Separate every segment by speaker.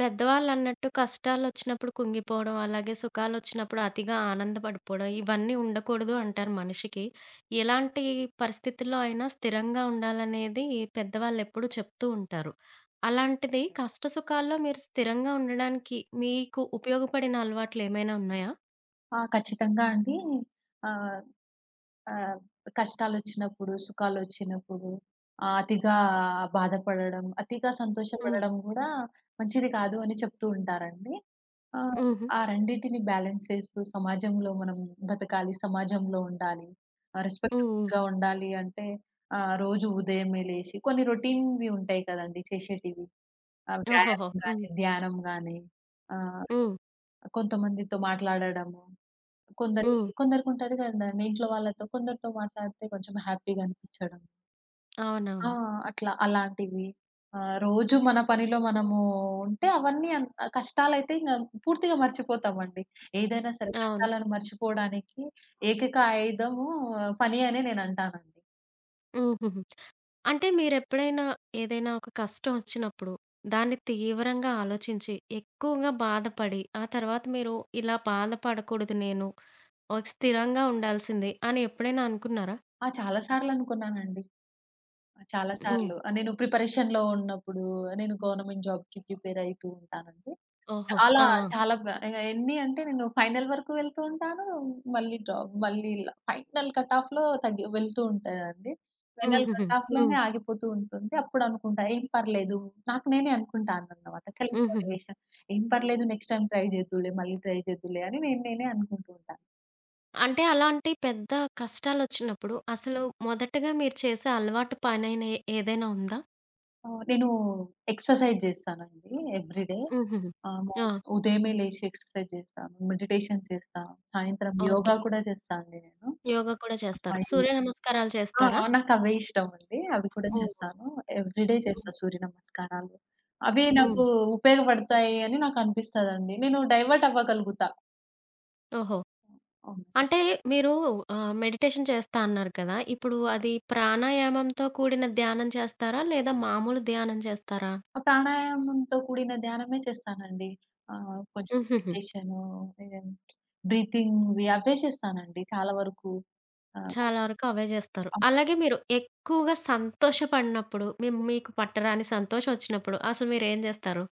Speaker 1: పెద్దవాళ్ళన్నట్టు కష్టాలొచ్చినప్పుడు కుంగిపోవడం, అలాగే సుఖాలొచ్చినప్పుడు అతిగా ఆనందపడిపోవడం, ఇవన్నీ ఉండకూడదు అంటారు మనిషికి. ఎలాంటి పరిస్థితుల్లో అయినా స్థిరంగా ఉండాలనేది పెద్దవాళ్ళెప్పుడూ చెప్తూ ఉంటారు. అలాంటిది కష్ట సుఖాల్లో మీరు స్థిరంగా ఉండడానికి మీకు ఉపయోగపడిన అలవాట్లేమైనా ఉన్నాయా?
Speaker 2: ఆ! ఖచ్చితంగా అండి. ఆహ్, ఆహ్, కష్టాలొచ్చినప్పుడు, సుఖాలొచ్చినప్పుడు అతిగా బాధపడడం, అతిగా
Speaker 1: హ్మ్.
Speaker 2: సంతోషపడడం గూడా మంచిది కాదు అని చెప్తూ ఉంటారండి. ఆహ్,
Speaker 1: హుహు.
Speaker 2: ఆ రెండిటిని బ్యాలెన్స్ చేస్తూ సమాజంలో మనం బతకాలి, సమాజంలో ఉండాలి,
Speaker 1: హ్మ్. హ్మ్.
Speaker 2: రెస్పెక్టబుల్‌గా ఉండాలి అంటే రోజు ఉదయమే లేసి కొన్ని రొటీన్‌వి ఉంటాయి కదండీ చేసేటివి.
Speaker 1: ఓహోహో!
Speaker 2: వ్యాయామం గాని,
Speaker 1: హ్మ్.
Speaker 2: ధ్యానం గాని, ఆహ్,
Speaker 1: హ్మ్.
Speaker 2: కొంతమందితో మాట్లాడడము.
Speaker 1: హ్మ్.
Speaker 2: కొందరికి కొందరికుంటది కదండీ! ఇంట్లో వాళ్ళతో కొందరితో మాట్లాడితే కొంచెం హ్యాపీగా అనిపించడం. ఆ!
Speaker 1: అవునవును.
Speaker 2: అట్లా అలాంటివి. రోజు మన పనిలో మనము ఉంటే అవన్నీ కష్టాలైతే ఇంగ పూర్తిగా మర్చిపోతామండి. ఏదైనా సరే
Speaker 1: అవును.
Speaker 2: కష్టాలను మర్చిపోవడానికి ఏకైక ఆయుధము పని అనే నేనంటానండి.
Speaker 1: హుహుహు. అంటే మీరెప్పుడైనా ఏదైనా ఒక కష్టం వచ్చినప్పుడు, దాన్ని తీవ్రంగా ఆలోచించి, ఎక్కువగా బాధపడి, ఆ తర్వాత మీరు ఇలా బాధపడకూడదు నేను, ఒక స్థిరంగా ఉండాల్సింది అని ఎప్పుడైనా అనుకున్నారా?
Speaker 2: ఆ! చాలా సార్లు అనుకున్నానండి. చాలా
Speaker 1: హ్మ్.
Speaker 2: సార్లు. నేను ప్రిపరేషన్‌లో ఉన్నప్పుడు నేను గవర్నమెంట్ జాబ్‌కి ప్రిపేర్ అయితూ ఉంటానండి.
Speaker 1: ఓహో!
Speaker 2: చాలా,
Speaker 1: ఆ! ఆ!
Speaker 2: చాలా బ ఎన్ని అంటే నేను ఫైనల్ వరకు వెళ్తూ ఉంటాను. మళ్ళీ డ్రాప్ మళ్ళీ ఇలా ఫైనల్ కట్ ఆఫ్‌లో తగ్గి వెళ్తూ ఉంటానండి. ఫైనల్ కట్
Speaker 1: హుహుహు.
Speaker 2: ఓకే.
Speaker 1: హ్మ్.
Speaker 2: ఆఫ్‌లోనే ఆగిపోతూ ఉంటుంది. అప్పుడు అనుకుంటా ఏం పర్లేదు. నాకు నేనే అనుకుంటానన్నమాట. సెల్ఫ్
Speaker 1: హుహుహు.
Speaker 2: మోటివేషన్. ఏం పర్లేదు నెక్స్ట్ టైమ్ ట్రై చేద్దువులే, మళ్ళీ ట్రై చేద్దువులే అని నేనే అనుకుంటూ ఉంటాను.
Speaker 1: అంటే అలాంటి పెద్ద కష్టాలొచ్చినప్పుడు అసలు
Speaker 2: హ్మ్.
Speaker 1: మొదటగా మీరు చేసే అలవాటు పనైన ఏదైనా ఉందా?
Speaker 2: అవును. నేను ఎక్సర్సైజ్ చేస్తానండి ఎవ్రీడే.
Speaker 1: హుహుహు. ఆ!
Speaker 2: మార్నింగ్ ఉదయమే లేచి ఎక్సర్సైజ్ చేస్తాను. మెడిటేషన్ చేస్తా. సాయంత్రం
Speaker 1: ఓకే.
Speaker 2: యోగా కూడా చేస్తా అండి నేను.
Speaker 1: యోగా కూడా
Speaker 2: ఆ!
Speaker 1: చేస్తారు. సూర్య
Speaker 2: యోగా
Speaker 1: నమస్కారాలు
Speaker 2: ఆ!
Speaker 1: చేస్తారా?
Speaker 2: నాకవే ఇష్టమండి. అవి కూడా హ్మ్.
Speaker 1: ఓహ్!
Speaker 2: చేస్తాను. ఎవ్రీడే చేస్తా
Speaker 1: హ్మ్.
Speaker 2: సూర్య నమస్కారాలు. అవి హ్మ్.
Speaker 1: హ్మ్.
Speaker 2: నాకు ఉపయోగపడతాయి అని నాకనిపిస్తదండి. నేను డైవర్ట్ అవ్వగలుగుతా.
Speaker 1: ఓహో!
Speaker 2: హ్మ్.
Speaker 1: అంటే మీరు మెడిటేషన్ చేస్తా అన్నారు కదా! ఇప్పుడు అది ప్రాణాయామంతో కూడిన ధ్యానం చేస్తారా? లేదా మామూలు ధ్యానం చేస్తారా?
Speaker 2: ఆ ప్రాణాయామంతో కూడిన ధ్యానమే చేస్తానండి. కొంచెం
Speaker 1: హుహుహు.
Speaker 2: మెడిటేషను ఇదే బ్రీతింగ్‌వి అవే చేస్తానండి చాలా వరకు. ఆహ్,
Speaker 1: చాలా వరకు అవే చేస్తారు.
Speaker 2: అప్
Speaker 1: అలాగే మీరు ఎక్కువగా సంతోషపడినప్పుడు మీకు పట్టరాని సంతోషం వచ్చినప్పుడు అసలు మీరేం చేస్తారు?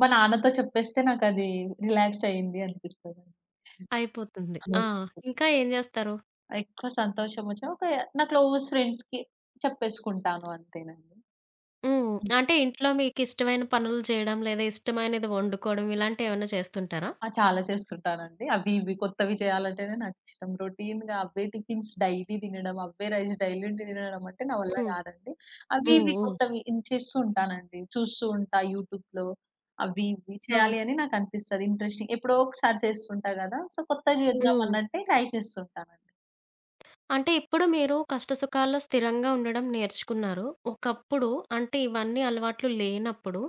Speaker 2: మా నాన్నతో చెప్పేస్తే నాకది రిలాక్స్ అయింది అనిపిస్తదండి.
Speaker 1: అయిపోతుంది.
Speaker 2: అలా
Speaker 1: ఆ!
Speaker 2: చెప్తా.
Speaker 1: ఇంకా ఏం చేస్తారు?
Speaker 2: ఎక్కువ సంతోషం వచ్చినా ఒక నా క్లోజ్ ఫ్రెండ్స్‌కి చెప్పేసుకుంటాను అంతేనండి.
Speaker 1: హ్మ్.
Speaker 2: హ్మ్.
Speaker 1: అంటే ఇంట్లో మీకిష్టమైన పనులు చేయడం లేదా ఇష్టమైనది వండుకోవడం ఇలాంటివేమన్నా చేస్తుంటారా?
Speaker 2: ఆ! చాలా చేస్తుంటానండి. అవి ఇవి కొత్తవి చేయాలంటేనే నాకిష్టం. రొటీన్‌గా అవే టిఫిన్స్ డైలీ తినడం, అవే రైస్ డైలీ తినడం అంటే నా వల్ల
Speaker 1: హ్మ్.
Speaker 2: కాదండి. అవి
Speaker 1: హ్మ్.
Speaker 2: ఇవి
Speaker 1: హ్మ్.
Speaker 2: కొత్తవి ఇన్ చేస్తూ ఉంటానండి. చూస్తూ ఉంటా యూట్యూబ్‌లో. అవి ఇవి
Speaker 1: ఓహ్!
Speaker 2: చేయాలి అని నాకనిపిస్తది ఇంట్రెస్టింగ్. ఎప్పుడో ఒకసారి చేస్తుంటా కదా! సో, కొత్తది చేద్దాం
Speaker 1: హ్మ్.
Speaker 2: అన్నట్టే ట్రై చేస్తుంటానండి.
Speaker 1: అంటే ఇప్పుడు మీరు కష్టసుఖాల్లో స్థిరంగా ఉండడం నేర్చుకున్నారు. ఒకప్పుడు అంటే ఇవన్నీ అలవాట్లు లేనప్పుడు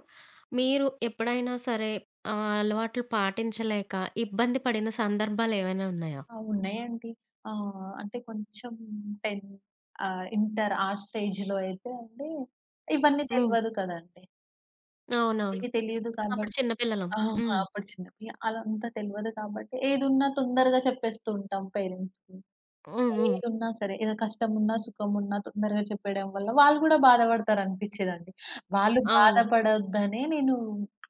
Speaker 1: మీరు ఎప్పుడైనా సరే అలవాట్లు పాటించలేక ఇబ్బంది పడిన సందర్భాలేవైనా ఉన్నాయా?
Speaker 2: ఆ! ఉన్నాయండి. అంటే కొంచెం 10 ఇంటర్ ఆ స్టేజ్‌లో అయితే అండి, ఇవన్నీ
Speaker 1: హ్మ్.
Speaker 2: తెలవదు కదండీ!
Speaker 1: అవునవును.
Speaker 2: ఇవి తెలీదు కాబ
Speaker 1: అప్పుడు చిన్న పిల్లలం.
Speaker 2: ఆహా!
Speaker 1: హ్మ్.
Speaker 2: అప్పుడు చిన్న పిల్ల. అలా అంతా తెలవదు కాబట్టి ఏదున్నా తొందరగా చెప్పేస్తూ ఉంటాం పేరెంట్స్‌కి.
Speaker 1: హ్మ్. హ్మ్.
Speaker 2: ఏదున్నా సరే ఏదో కష్టమున్నా, సుఖమున్నా తొందరగా చెప్పేయడం వల్ల వాళ్ళు కూడా బాధపడతారనిపిచ్చేదండి. వాళ్ళు
Speaker 1: అవును.
Speaker 2: బాధపడొద్దనే నేను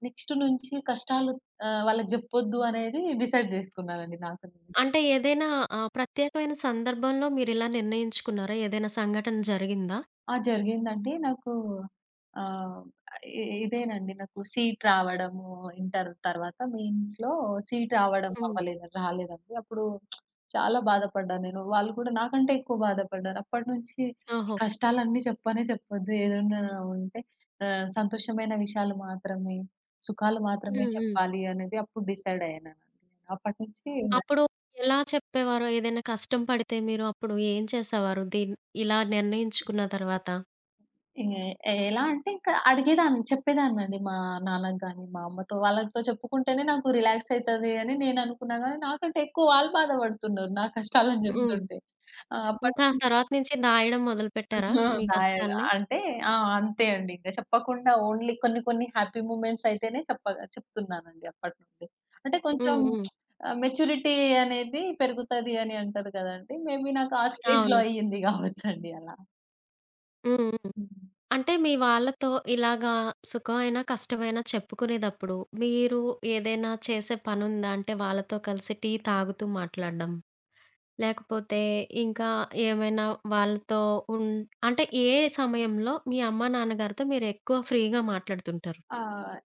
Speaker 2: నెక్స్ట్ నుంచి కష్టాలు వాళ్ళకి జెప్పొద్దు అనేది డిసైడ్ జేసుకున్నానండి నాకు నేను.
Speaker 1: అంటే ఏదైనా ప్రత్యేకమైన సందర్భంలో మీరిలా నిర్ణయించుకున్నారా? ఏదైనా సంఘటన జరిగిందా?
Speaker 2: ఆ! జరిగిందండి. నాకు ఆహ్, ఇ ఇదేనండి నాకు సీట్ రావడము ఇంటర్ తర్వాత మెయిన్స్‌లో సీట్ రావడం
Speaker 1: హ్మ్.
Speaker 2: అవ్వలేదు రాలేదండి. అప్పుడు చాలా బాధపడ్డాను నేను. వాళ్ళు కూడా నాకంటే ఎక్కువ బాధపడ్డారు. అప్పటినుంచి ఈ
Speaker 1: ఓహో!
Speaker 2: కష్టాలన్నీ చెప్పనే చెప్పొద్దు. ఏదైనా ఉంటే సంతోషమైన విషయాలు మాత్రమే, సుఖాలు మాత్రమే
Speaker 1: హ్మ్.
Speaker 2: హ్మ్.
Speaker 1: హ్మ్.
Speaker 2: చెప్పాలి అనేది అప్పుడు డిసైడ్ అయ్యానండి. అప్పటినుంచి
Speaker 1: అప్పుడు ఎలా చెప్పేవారు? ఏదైనా కష్టం పడితే మీరు అప్పుడు ఏం చేసేవారు? ఇలా నిర్ణయించుకున్న తర్వాత?
Speaker 2: ఏ ఎలా అంటే ఇంకా అడిగేదాన్ని, చెప్పేదాన్నండి మా నాన్నకి గాని, మా అమ్మతో. వాళ్ళతో చెప్పుకుంటేనే నాకు రిలాక్స్ అయితది అని నేననుకున్నా గానీ, నాకంటే ఎక్కువ వాళ్ళు బాధపడుతున్నారు నా కష్టాలని హ్మ్.
Speaker 1: హ్మ్.
Speaker 2: జెప్తుంటే. ఆ!
Speaker 1: ఇంకా ఆ
Speaker 2: అప్పటి
Speaker 1: తర్వాత నుంచి దాయడం మొదలుపెట్టారా
Speaker 2: ఆ!
Speaker 1: మీ
Speaker 2: రాయగా
Speaker 1: కష్టాల్ని?
Speaker 2: అంటే ఆ! అంతే అండి. ఇంక చెప్పకుండా ఓన్లీ కొన్ని కొన్ని హ్యాపీ మూమెంట్స్ అయితేనే చెప్పగా చెప్తున్నానండి అప్పటి నుండి. అంటే కొంచెం
Speaker 1: హ్మ్. హ్మ్.
Speaker 2: మెచ్యూరిటీ అనేది పెరుగుతది అని అంటారు కదండీ! మేబీ నాకు ఆ స్టేజ్‌లో
Speaker 1: అవును.
Speaker 2: అయ్యింది గావచ్చండి అలా.
Speaker 1: హ్మ్. హ్మ్.
Speaker 2: హ్మ్.
Speaker 1: అంటే మీ వాళ్ళతో ఇలాగా సుఖమైనా, కష్టమైనా చెప్పుకునేదప్పుడు మీరు ఏదైనా చేసే పనుందా? అంటే వాళ్ళతో కలిసి టీ తాగుతూ మాట్లాడడం, లేకపోతే ఇంకా ఏమైనా వాళ్ళతో ఉన్ అంటే ఏ సమయంలో మీ అమ్మ, నాన్నగారితో మీరెక్కువ ఫ్రీగా మాట్లాడుతుంటారు?
Speaker 2: ఆ!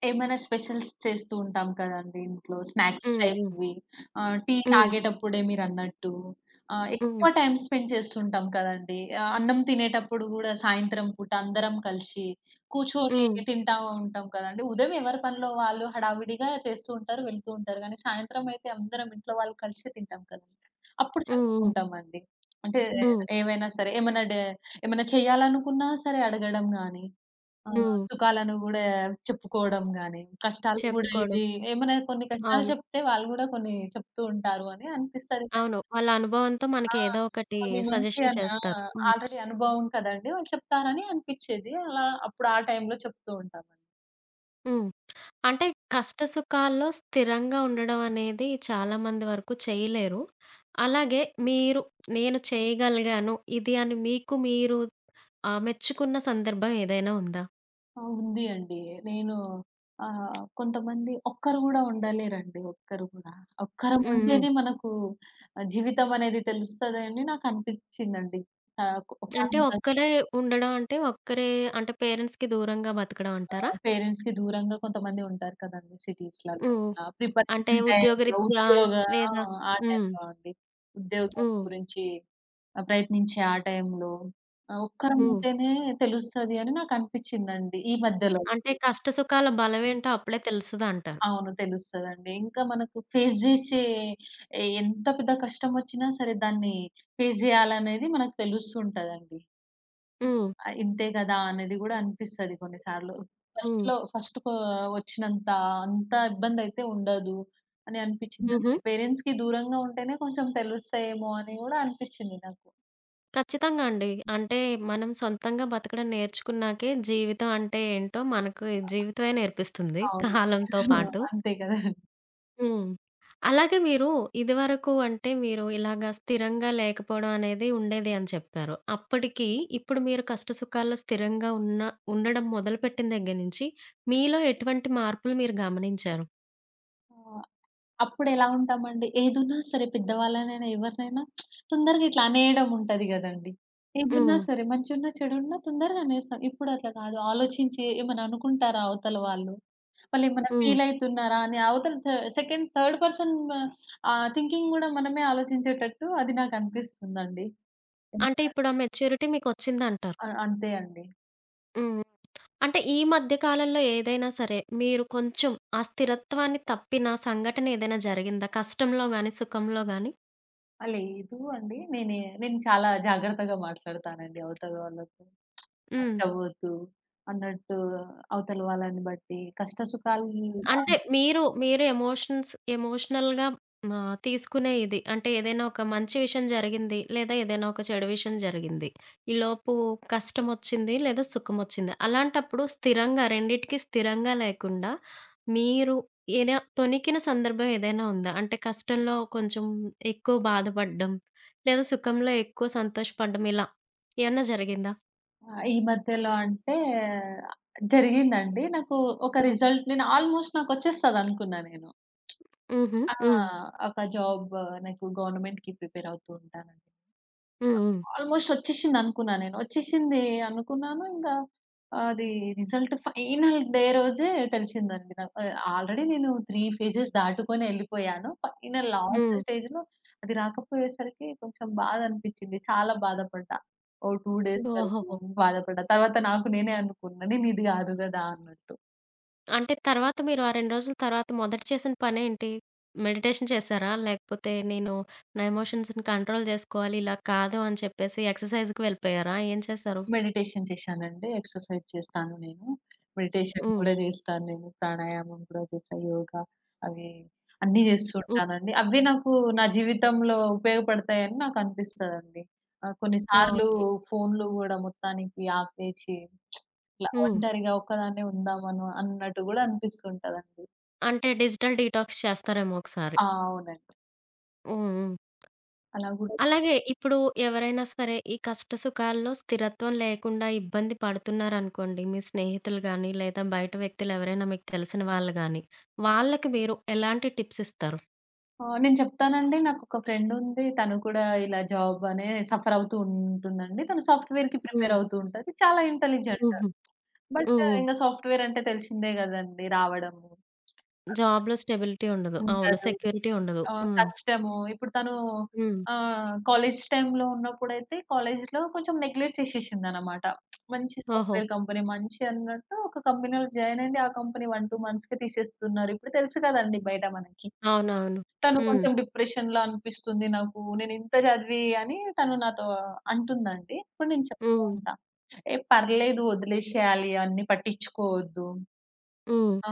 Speaker 2: ఏమైనా స్పెషల్స్ చేస్తూ ఉంటాం కదండీ ఇంట్లో. స్నాక్స్
Speaker 1: హ్మ్. హ్మ్.
Speaker 2: టైప్‌వి. టీ
Speaker 1: హ్మ్.
Speaker 2: తాగేటప్పుడే మీరన్నట్టు.
Speaker 1: హ్మ్.
Speaker 2: ఎక్కువ టైమ్ స్పెండ్ చేస్తుంటాం కదండీ. అన్నం తినేటప్పుడు గూడా సాయంత్రం పూట అందరం కలిసి కూర్చొని
Speaker 1: హ్మ్.
Speaker 2: తింటా ఉంటాం కదండీ. ఉదయం ఎవరి పనిలో వాళ్ళు హడావిడిగా చేస్తూ ఉంటారు, వెళ్తూ ఉంటారు. కానీ సాయంత్రం అయితే అందరం ఇంట్లో వాళ్ళు కలిసే తింటాం కదండీ. అప్పుడు
Speaker 1: హ్మ్. హ్మ్.
Speaker 2: చెప్పుకుంటామండి. అంటే
Speaker 1: హ్మ్.
Speaker 2: ఏవైనా సరే ఏమన్నా డే ఏమన్నా చేయాలనుకున్నా సరే అడగడం గాని ఆ! హ్మ్.
Speaker 1: హ్మ్.
Speaker 2: సుఖాలను గూడా చెప్పుకోవడం గాని, కష్టాలు గూడా
Speaker 1: చెప్పుకోవడం.
Speaker 2: ఇది ఏమైనా కొన్ని కష్టాలు
Speaker 1: అవును.
Speaker 2: చెప్తే వాళ్ళు గూడా కొన్ని చెప్తూ ఉంటారు అని అనిపిస్తది గానీ
Speaker 1: అవును. వాళ్ళ అనుభవంతో
Speaker 2: ఆ!
Speaker 1: మనకి ఏదో ఒకటి
Speaker 2: కొన్ని మంచి
Speaker 1: సజెషన్
Speaker 2: అన్ ఆ!
Speaker 1: చేస్తారు. హ్మ్.
Speaker 2: ఆల్రెడీ అనుభవం కదండీ! వాళ్ళు చెప్తారని అనిపిచ్చేది. అలా అప్పుడు ఆ టైంలో చెప్తూ ఉంటామండి.
Speaker 1: హ్మ్. అంటే కష్ట సుఖాల్లో స్థిరంగా ఉండడం అనేది చాలా మంది వరకు చేయలేరు. అలాగే మీరు నేను చేయగలిగాను ఇది అని మీకు మీరు మెచ్చుకున్న సందర్భం ఏదైనా ఉందా?
Speaker 2: ఆ! ఉంది అండి. నేను కొంతమంది ఒక్కరు గూడా ఉండలేరండి. ఒక్కరు గూడా. ఒక్కరం హ్మ్.
Speaker 1: హ్మ్. హ్మ్.
Speaker 2: ఉంటేనే మనకు జీవితం అనేది తెలుస్తదని నాకు అనిపిచ్చిందండి. ఆహ్, ఒక
Speaker 1: అంటే ఒక్కరే ఉండడం అంటే ఒక్కరే అంటే పేరెంట్స్‌కి దూరంగా బతకడం
Speaker 2: ఆ!
Speaker 1: అంటారా?
Speaker 2: పేరెంట్స్‌కి దూరంగా కొంతమంది ఉంటారు కదండీ సిటీస్‌లలో
Speaker 1: హ్మ్.
Speaker 2: అలా.
Speaker 1: అంటే
Speaker 2: ప్రిపరేషన్ టైమ్‌లో
Speaker 1: ఉద్యోగరీత్యా
Speaker 2: ఉద్యోగ ఆ!
Speaker 1: లేదా
Speaker 2: ఆ
Speaker 1: హ్మ్.
Speaker 2: టైమ్‌లో అండి. ఉద్యోగం
Speaker 1: హ్మ్.
Speaker 2: గురించి ప్రయత్నించే ఆ టైమ్‌లో ఒక్కరం
Speaker 1: హ్మ్.
Speaker 2: ఉంటేనే తెలుస్తది అని నాకనిపిచ్చిందండి ఈ మధ్యలో.
Speaker 1: అంటే కష్ట సుఖాల
Speaker 2: హ్మ్.
Speaker 1: బలమేంటో అప్పుడే తెలుస్తదంటారు.
Speaker 2: అవును. తెలుస్తదండి. ఇంకా మనకు ఫేస్ జేసే ఎంత పెద్ద కష్టమొచ్చినా సరే దాన్ని ఫేస్ జేయాలనేది మనకు తెలుస్తుంటదండి.
Speaker 1: హ్మ్.
Speaker 2: ఆ! ఇంతే గదా! అనేది గూడా అనిపిస్తది కొన్నిసార్లు.
Speaker 1: హ్మ్.
Speaker 2: ఫస్ట్‌లో ఫస్ట్ కో వచ్చినంత అంత ఇబ్బందయితే ఉండదు అని హుహు.
Speaker 1: హుహు.
Speaker 2: అనిపిచ్చిందండి. పేరెంట్స్‌కి దూరంగా ఉంటేనే కొంచెం తెలుస్తాయేమో అని గూడా అనిపిచ్చింది నాకు.
Speaker 1: ఖచ్చితంగా అండి. అంటే మనం సొంతంగా బతకడం నేర్చుకున్నాకే జీవితం అంటే ఏంటో మనకు జీవితమే నేర్పిస్తుంది
Speaker 2: అవును.
Speaker 1: కాలంతో పాటు.
Speaker 2: అంతే కదండీ!
Speaker 1: హ్మ్. అలాగే మీరు ఇదివరకు అంటే మీరు ఇలాగా స్థిరంగా లేకపోవడం అనేది ఉండేది అని చెప్పారు. అప్పటికి ఇప్పుడు మీరు కష్ట సుఖాల్లో స్థిరంగా ఉన్న ఉండడం మొదలుపెట్టిన దగ్గర నుంచి మీలో ఎటువంటి మార్పులు మీరు గమనించారు?
Speaker 2: ఆ! అప్పుడెలా ఉంటామండి, ఏదున్నా సరే పెద్దవాళ్ళనైనా, ఎవరినైనా తొందరగా ఇట్లా అనేయడం ఉంటది గదండీ! ఏదున్నా
Speaker 1: హ్మ్.
Speaker 2: సరే మంచున్నా, చెడున్నా తొందరగా అనేస్తాం. ఇప్పుడు అట్లా కాదు. ఆలోచించి ఏమన్నా అనుకుంటారా అవతల వాళ్ళు? వాళ్ళేమన్నా
Speaker 1: హ్మ్.
Speaker 2: ఫీల్ అయితున్నారా అని అవతల the second, third person thinking గూడా మనమే ఆలోచించేటట్టు అది నాకనిపిస్తుందండి.
Speaker 1: అంటే ఇప్పుడు ఆ మెచ్యూరిటీ మీకొచ్చిందంటారు.
Speaker 2: ఆ! అంతే అండి.
Speaker 1: హ్మ్. అంటే ఈ మధ్య కాలంలో ఏదైనా సరే మీరు కొంచెం ఆ స్థిరత్వాన్ని తప్పిన సంఘటన ఏదైనా జరిగిందా? కష్టంలో గాని, సుఖంలో గాని?
Speaker 2: ఆ! లేదు అండి. నేను చాలా జాగ్రత్తగా మాట్లాడతానండి అవతల వాళ్ళతో.
Speaker 1: హ్మ్.
Speaker 2: పట్టబోతు అన్నట్టు అవతల వాళ్ళని బట్టి కష్ట సుఖాలు
Speaker 1: అంటే మీరు ఎమోషన్స్ ఎమోషనల్‌గా తీసుకునే ఇది. అంటే ఏదైనా ఒక మంచి విషయం జరిగింది, లేదా ఏదైనా ఒక చెడు విషయం జరిగింది. ఈలోపు కష్టమొచ్చింది, లేదా సుఖమొచ్చింది. అలాంటప్పుడు స్థిరంగా రెండిటికి స్థిరంగా లేకుండా మీరు ఏనా తొణికిన సందర్భం ఏదైనా ఉందా? అంటే కష్టంలో కొంచెం ఎక్కువ బాధపడ్డం, లేదా సుఖంలో ఎక్కువ సంతోషపడ్డం ఇలా ఏమన్నా జరిగిందా?
Speaker 2: ఈ మధ్యలో అంటే జరిగిందండి. నాకు ఒక
Speaker 1: హ్మ్.
Speaker 2: రిజల్ట్ నేను ఆల్మోస్ట్ నాకొచ్చేస్తదనుకున్నా నేను.
Speaker 1: హుహు.
Speaker 2: ఆ!
Speaker 1: హ్మ్.
Speaker 2: ఒక జాబ్ నాకు గవర్నమెంట్‌కి ప్రిపేర్ అవుతూ ఉంటానండి.
Speaker 1: హ్మ్. హ్మ్.
Speaker 2: ఆల్‌మోస్ట్ వచ్చేసింది అనుకున్నా నేను. వచ్చేసింది అనుకున్నాను. ఇంకా అది రిజల్ట్ ఫైనల్ డే రోజే తెలిసిందండి నాకు. ఆల్రెడీ నేను 3 ఫేజెస్ దాటుకొని ఎళ్ళిపోయాను. ఫైనల్ లాస్ట్
Speaker 1: హ్మ్.
Speaker 2: స్టేజ్‌లో అది రాకపోయేసరికి కొంచెం బాధ అనిపించింది. చాలా బాధపడ్డా. ఓ 2 డేస్ హ్మ్. వరకు
Speaker 1: ఓహోహో!
Speaker 2: బాధపడ్డా. తర్వాత నాకు నేనే అనుకున్నా. నేను ఇది కాదు కదా! అన్నట్టు.
Speaker 1: అంటే తర్వాత మీరు ఆ 2 రోజుల తర్వాత మొదట చేసిన పనేంటి? మెడిటేషన్ చేశారా? లేకపోతే నేను నా ఎమోషన్స్‌ని కంట్రోల్ జేసుకోవాలి ఇలా కాదు అని చెప్పేసి ఎక్సర్‌సైజ్‌కి వెళ్ళిపోయారా? ఏం చేశారు?
Speaker 2: మెడిటేషన్ చేశానండి. ఎక్సర్‌సైజ్ చేస్తాను నేను. మెడిటేషన్
Speaker 1: హ్మ్.
Speaker 2: కూడా చేస్తాను నేను. ప్రాణాయామం కూడా చేస్తా. యోగా అవి అన్నీ చేస్తూ
Speaker 1: హ్మ్.
Speaker 2: ఉంటానండి. అవే నాకు నా జీవితంలో ఉపయోగపడతాయని నాకనిపిస్తదండి. కొన్నిసార్లు
Speaker 1: ఓకే.
Speaker 2: ఫోన్‌లు గూడా మొత్తానికి ఆపేచి ఇట్లా
Speaker 1: హ్మ్.
Speaker 2: ఒంటరిగా ఒక్కదాన్నే ఉందామను అన్నట్టు గూడా అనిపిస్తుంటదండి.
Speaker 1: అంటే డిజిటల్ డీటాక్స్ చేస్తారేమో ఒకసారి.
Speaker 2: ఆ! అవునండి.
Speaker 1: హ్మ్. హ్మ్.
Speaker 2: అలా గూడా
Speaker 1: అలాగే ఇప్పుడు ఎవరైనా సరే ఈ కష్ట సుఖాల్లో స్థిరత్వం లేకుండా ఇబ్బంది పడుతున్నారనుకోండి. మీ స్నేహితులు గాని, లేదా బయట వ్యక్తులు ఎవరైనా మీకు తెలిసిన వాళ్ళు గాని, వాళ్ళకి మీరు ఎలాంటి టిప్స్ ఇస్తారు?
Speaker 2: ఆ! నేను చెప్తానండి. నాకొక ఫ్రెండుంది. తను కూడా ఇలా జాబ్ అనే సఫర్ అవుతూ ఉంటుందండి. తను సాఫ్ట్‌వేర్‌కి
Speaker 1: హ్మ్.
Speaker 2: ప్రిపేర్ అవుతూ ఉంటది. చాలా ఇంటెలిజెంట్.
Speaker 1: హుహు. హ్మ్.
Speaker 2: బట్
Speaker 1: హ్మ్.
Speaker 2: ఇంగ సాఫ్ట్‌వేర్ అంటే తెలిసిందే గదండీ! రావడము.
Speaker 1: జాబ్‌లో స్టెబిలిటీ ఉండదు. అవును.
Speaker 2: ఉండదు.
Speaker 1: సెక్యూరిటీ ఉండదు. హ్మ్.
Speaker 2: కష్టము. ఇప్పుడు తను
Speaker 1: హ్మ్.
Speaker 2: కాలేజ్ టైమ్‌లో ఉన్నప్పుడైతే కాలేజ్‌లో కొంచెం నెగ్లెక్ట్ చేసేసిందనమాట. మంచి
Speaker 1: ఓహో!
Speaker 2: సాఫ్ట్‌వేర్ కంపెనీ మంచి అన్నట్టు ఒక కంపెనీలో జాయిన్ అయింది. ఆ కంపెనీ 1, 2 మంత్స్‌కే తీసేస్తున్నారు. ఇప్పుడు తెలుసు కదండీ బయట మనకి.
Speaker 1: అవునవును.
Speaker 2: తను
Speaker 1: హ్మ్.
Speaker 2: కొంచెం డిప్రెషన్‌లా అనిపిస్తుంది నాకు. నేనింత చదివి అని తను నాతో అంటుందండి. అప్పుడు నేను చెప్తూ
Speaker 1: హ్మ్.
Speaker 2: ఉంటా. ఏ పర్లేదు వదిలేసేయాలి అన్నీ పట్టించుకోవద్దు.
Speaker 1: హ్మ్.
Speaker 2: ఆ!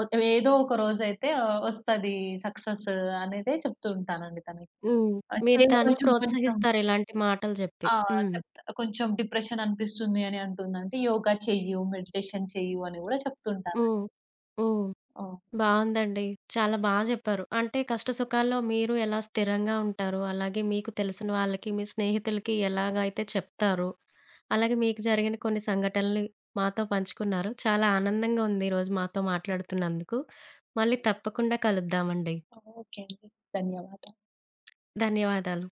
Speaker 2: ఒ ఏదో ఒక రోజైతే వస్తది సక్సెస్ అనేదే చెప్తూ ఉంటానండి తనకి.
Speaker 1: హ్మ్. మీరు
Speaker 2: అంటే
Speaker 1: దాన్ని
Speaker 2: కొంచెం కొంచెం
Speaker 1: ప్రోత్సహిస్తారు ఇలాంటి మాటలు జెప్పి.
Speaker 2: ఆ!
Speaker 1: హ్మ్.
Speaker 2: చెప్తా. కొంచెం డిప్రెషన్ అనిపిస్తుంది అని అంటుందంటే యోగా చెయ్యు, మెడిటేషన్ చెయ్యు అని గూడా చెప్తుంటానండి.
Speaker 1: హ్మ్. హ్మ్.
Speaker 2: ఓహ్!
Speaker 1: బావుందండి. చాలా బా జెప్పారు. అంటే కష్ట సుఖాల్లో మీరు ఎలా స్థిరంగా ఉంటారు, అలాగే మీకు తెలిసిన వాళ్ళకి, మీ స్నేహితులకి ఎలాగైతే చెప్తారు, అలాగే మీకు జరిగిన కొన్ని సంఘటనలు మాతో పంచుకున్నారు. చాలా ఆనందంగా ఉంది ఈరోజు మాతో మాట్లాడుతున్నందుకు. మళ్ళీ తప్పకుండా కలుద్దామండి.
Speaker 2: ఓకే అండి. ధన్యవాదాలు.
Speaker 1: ధన్యవాదాలు.